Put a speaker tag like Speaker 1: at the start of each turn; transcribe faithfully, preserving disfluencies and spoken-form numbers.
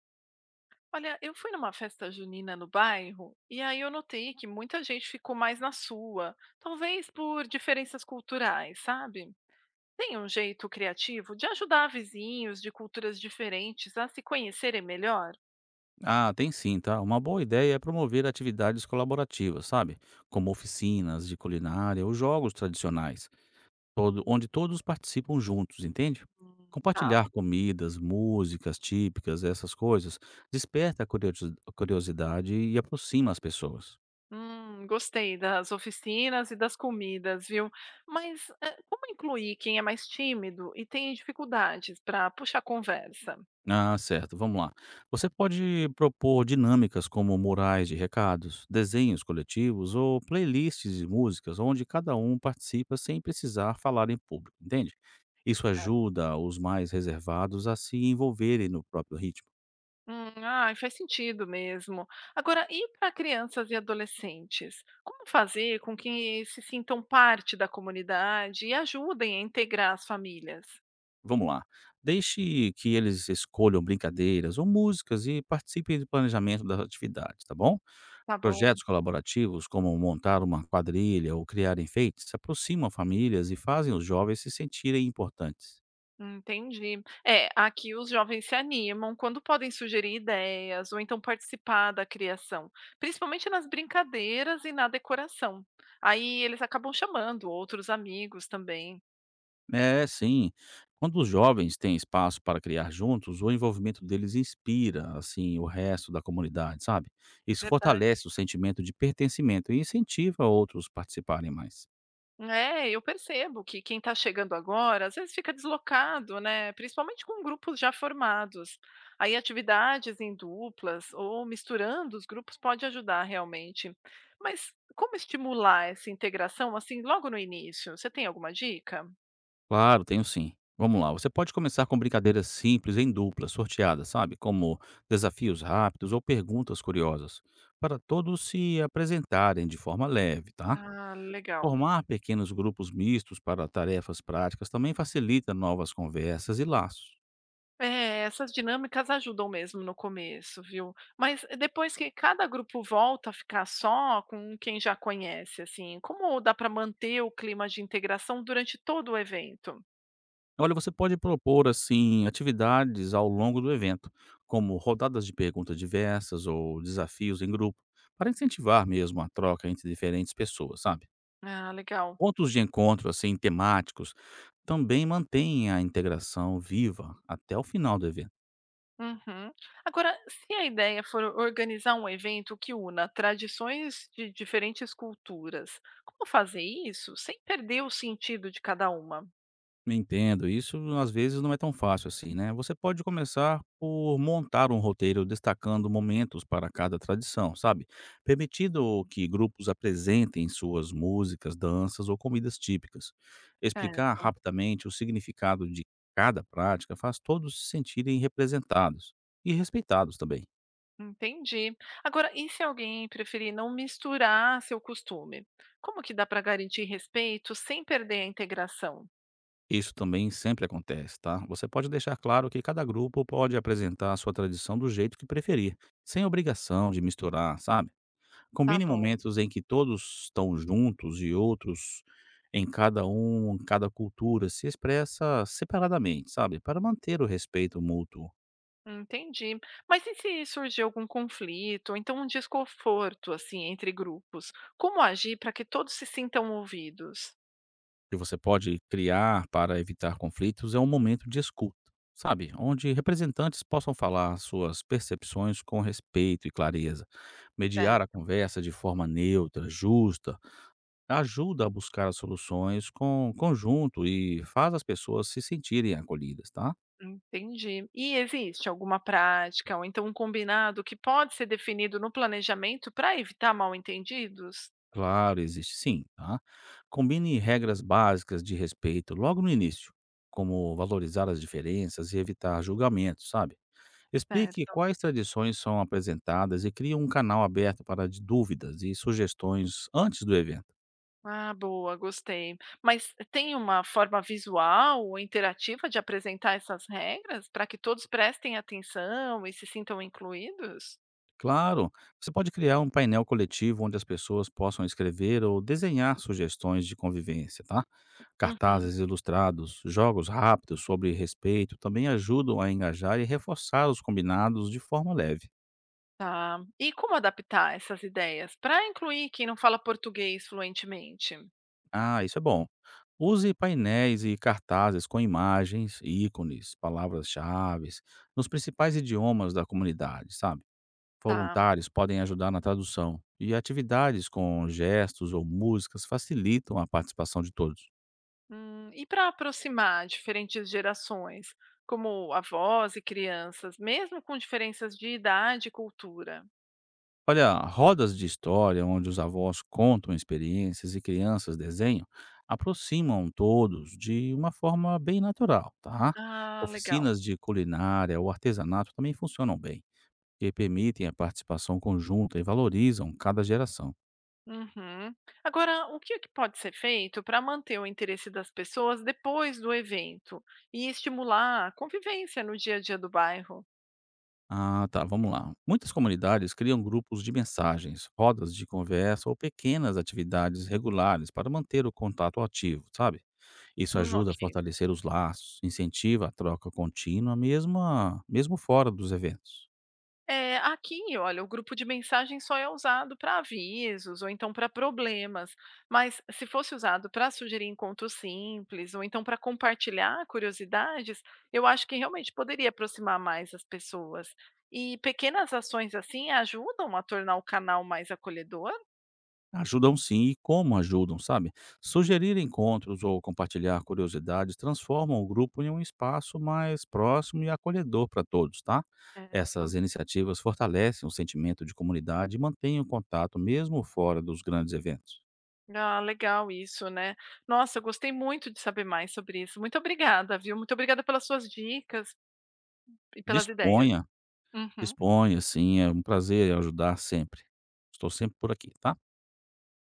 Speaker 1: Olha, eu fui numa festa junina no bairro e aí eu notei que muita gente ficou mais na sua, talvez por diferenças culturais, sabe? Tem um jeito criativo de ajudar vizinhos de culturas diferentes a se conhecerem melhor?
Speaker 2: Ah, tem sim, tá? Uma boa ideia é promover atividades colaborativas, sabe? Como oficinas de culinária ou jogos tradicionais, todo- onde todos participam juntos, entende?
Speaker 1: Hum, Tá.
Speaker 2: Compartilhar comidas, músicas típicas, essas coisas, desperta a curiosi- a curiosidade e aproxima as pessoas.
Speaker 1: Hum, gostei das oficinas e das comidas, viu? Mas eh, como incluir quem é mais tímido e tem dificuldades para puxar conversa?
Speaker 2: Ah, certo, vamos lá. Você pode propor dinâmicas como murais de recados, desenhos coletivos ou playlists de músicas onde cada um participa sem precisar falar em público, entende? Isso ajuda os mais reservados a se envolverem no próprio ritmo.
Speaker 1: Hum, ai, faz sentido mesmo. Agora, e para crianças e adolescentes? Como fazer com que se sintam parte da comunidade e ajudem a integrar as famílias?
Speaker 2: Vamos lá. Deixe que eles escolham brincadeiras ou músicas e participem do planejamento das atividades, tá bom?
Speaker 1: Tá bom,
Speaker 2: Projetos colaborativos, como montar uma quadrilha ou criar enfeites, aproximam famílias e fazem os jovens se sentirem importantes.
Speaker 1: entendi. É, aqui os jovens se animam quando podem sugerir ideias ou então participar da criação, principalmente nas brincadeiras e na decoração. Aí eles acabam chamando outros amigos também.
Speaker 2: É, sim. Quando os jovens têm espaço para criar juntos, o envolvimento deles inspira, assim, o resto da comunidade, sabe? Isso
Speaker 1: Verdade.
Speaker 2: fortalece o sentimento de pertencimento e incentiva outros a participarem mais.
Speaker 1: É, eu percebo que quem está chegando agora, às vezes fica deslocado, né? Principalmente com grupos já formados. Aí atividades em duplas ou misturando os grupos pode ajudar realmente. Mas como estimular essa integração assim logo no início? Você tem alguma dica?
Speaker 2: Claro, tenho sim. Vamos lá, você pode começar com brincadeiras simples em dupla, sorteadas, sabe? Como desafios rápidos ou perguntas curiosas, para todos se apresentarem de forma leve, tá?
Speaker 1: Ah, legal.
Speaker 2: Formar pequenos grupos mistos para tarefas práticas também facilita novas conversas e laços.
Speaker 1: É, essas dinâmicas ajudam mesmo no começo, viu. Mas eh, depois que cada grupo volta a ficar só com quem já conhece, assim, como dá para manter o clima de integração durante todo o evento?
Speaker 2: Olha, você pode propor assim atividades ao longo do evento, como rodadas de perguntas diversas ou desafios em grupo, para incentivar mesmo a troca entre diferentes pessoas, sabe?
Speaker 1: Ah, legal.
Speaker 2: Pontos de encontro, assim, temáticos, também mantêm a integração viva até o final do evento.
Speaker 1: Uhum. Agora, se a ideia for organizar um evento que una tradições de diferentes culturas, como fazer isso sem perder o sentido de cada uma?
Speaker 2: Entendo, isso às vezes não é tão fácil assim, né? Você pode começar por montar um roteiro destacando momentos para cada tradição, sabe? Permitido que grupos apresentem suas músicas, danças ou comidas típicas. Explicar
Speaker 1: Certo.
Speaker 2: rapidamente o significado de cada prática faz todos se sentirem representados e respeitados também.
Speaker 1: Entendi. Agora, e se alguém preferir não misturar seu costume? Como que dá para garantir respeito sem perder a integração?
Speaker 2: Isso também sempre acontece, tá? Você pode deixar claro que cada grupo pode apresentar a sua tradição do jeito que preferir, sem obrigação de misturar, sabe?
Speaker 1: Tá
Speaker 2: Combine
Speaker 1: bom,
Speaker 2: momentos em que todos estão juntos e outros em cada um, cada cultura se expressa separadamente, sabe? Para manter o respeito mútuo
Speaker 1: entendi. Mas e se surgir algum conflito, ou então um desconforto assim entre grupos? Como agir para que todos se sintam ouvidos?
Speaker 2: que você pode criar para evitar conflitos é um momento de escuta, sabe? Onde representantes possam falar suas percepções com respeito e clareza. Mediar a
Speaker 1: Certo,
Speaker 2: conversa de forma neutra, justa, ajuda a buscar soluções com conjunto e faz as pessoas se sentirem acolhidas, tá?
Speaker 1: entendi. E existe alguma prática ou então um combinado que pode ser definido no planejamento para evitar mal-entendidos?
Speaker 2: Claro, existe sim, tá? Combine regras básicas de respeito logo no início, como valorizar as diferenças e evitar julgamentos, sabe? Explique
Speaker 1: Certo.
Speaker 2: quais tradições são apresentadas e crie um canal aberto para de- dúvidas e sugestões antes do evento.
Speaker 1: Ah, boa, gostei. Mas tem uma forma visual ou interativa de apresentar essas regras para que todos prestem atenção e se sintam incluídos?
Speaker 2: Claro, você pode criar um painel coletivo onde as pessoas possam escrever ou desenhar sugestões de convivência, tá?
Speaker 1: Uhum,
Speaker 2: Cartazes ilustrados, jogos rápidos sobre respeito também ajudam a engajar e reforçar os combinados de forma leve.
Speaker 1: tá. E como adaptar essas ideias para incluir quem não fala português fluentemente?
Speaker 2: Ah, isso é bom. Use painéis e cartazes com imagens, ícones, palavras-chave nos principais idiomas da comunidade, sabe?
Speaker 1: Tá.
Speaker 2: Voluntários podem ajudar na tradução, e atividades com gestos ou músicas facilitam a participação de todos.
Speaker 1: Hum, e para aproximar diferentes gerações, como avós e crianças, mesmo com diferenças de idade e cultura?
Speaker 2: Olha, rodas de história onde os avós contam experiências e crianças desenham aproximam todos de uma forma bem natural, tá?
Speaker 1: Ah, legal.
Speaker 2: Oficinas de culinária ou artesanato também funcionam bem, e permitem a participação conjunta e valorizam cada geração.
Speaker 1: Uhum. Agora, o que é que pode ser feito para manter o interesse das pessoas depois do evento e estimular a convivência no dia a dia do bairro?
Speaker 2: Ah, tá, vamos lá. Muitas comunidades criam grupos de mensagens, rodas de conversa ou pequenas atividades regulares para manter o contato ativo, sabe? Isso
Speaker 1: Hum,
Speaker 2: ajuda
Speaker 1: ok.
Speaker 2: a fortalecer os laços, incentiva a troca contínua, mesmo, a- mesmo fora dos eventos.
Speaker 1: É, aqui, olha, o grupo de mensagem só é usado para avisos ou então para problemas, mas se fosse usado para sugerir encontros simples ou então para compartilhar curiosidades, eu acho que realmente poderia aproximar mais as pessoas. E pequenas ações assim ajudam a tornar o canal mais acolhedor?
Speaker 2: Ajudam sim, e como ajudam, sabe? Sugerir encontros ou compartilhar curiosidades transformam o grupo em um espaço mais próximo e acolhedor para todos, tá?
Speaker 1: Certo.
Speaker 2: Essas iniciativas fortalecem o sentimento de comunidade e mantêm o contato mesmo fora dos grandes eventos.
Speaker 1: Ah, legal isso, né. Nossa, eu gostei muito de saber mais sobre isso. Muito obrigada, viu. Muito obrigada pelas suas dicas e pelas ideias.
Speaker 2: Disponha,
Speaker 1: Uhum.
Speaker 2: disponha, sim, é um prazer ajudar sempre. Estou sempre por aqui, tá?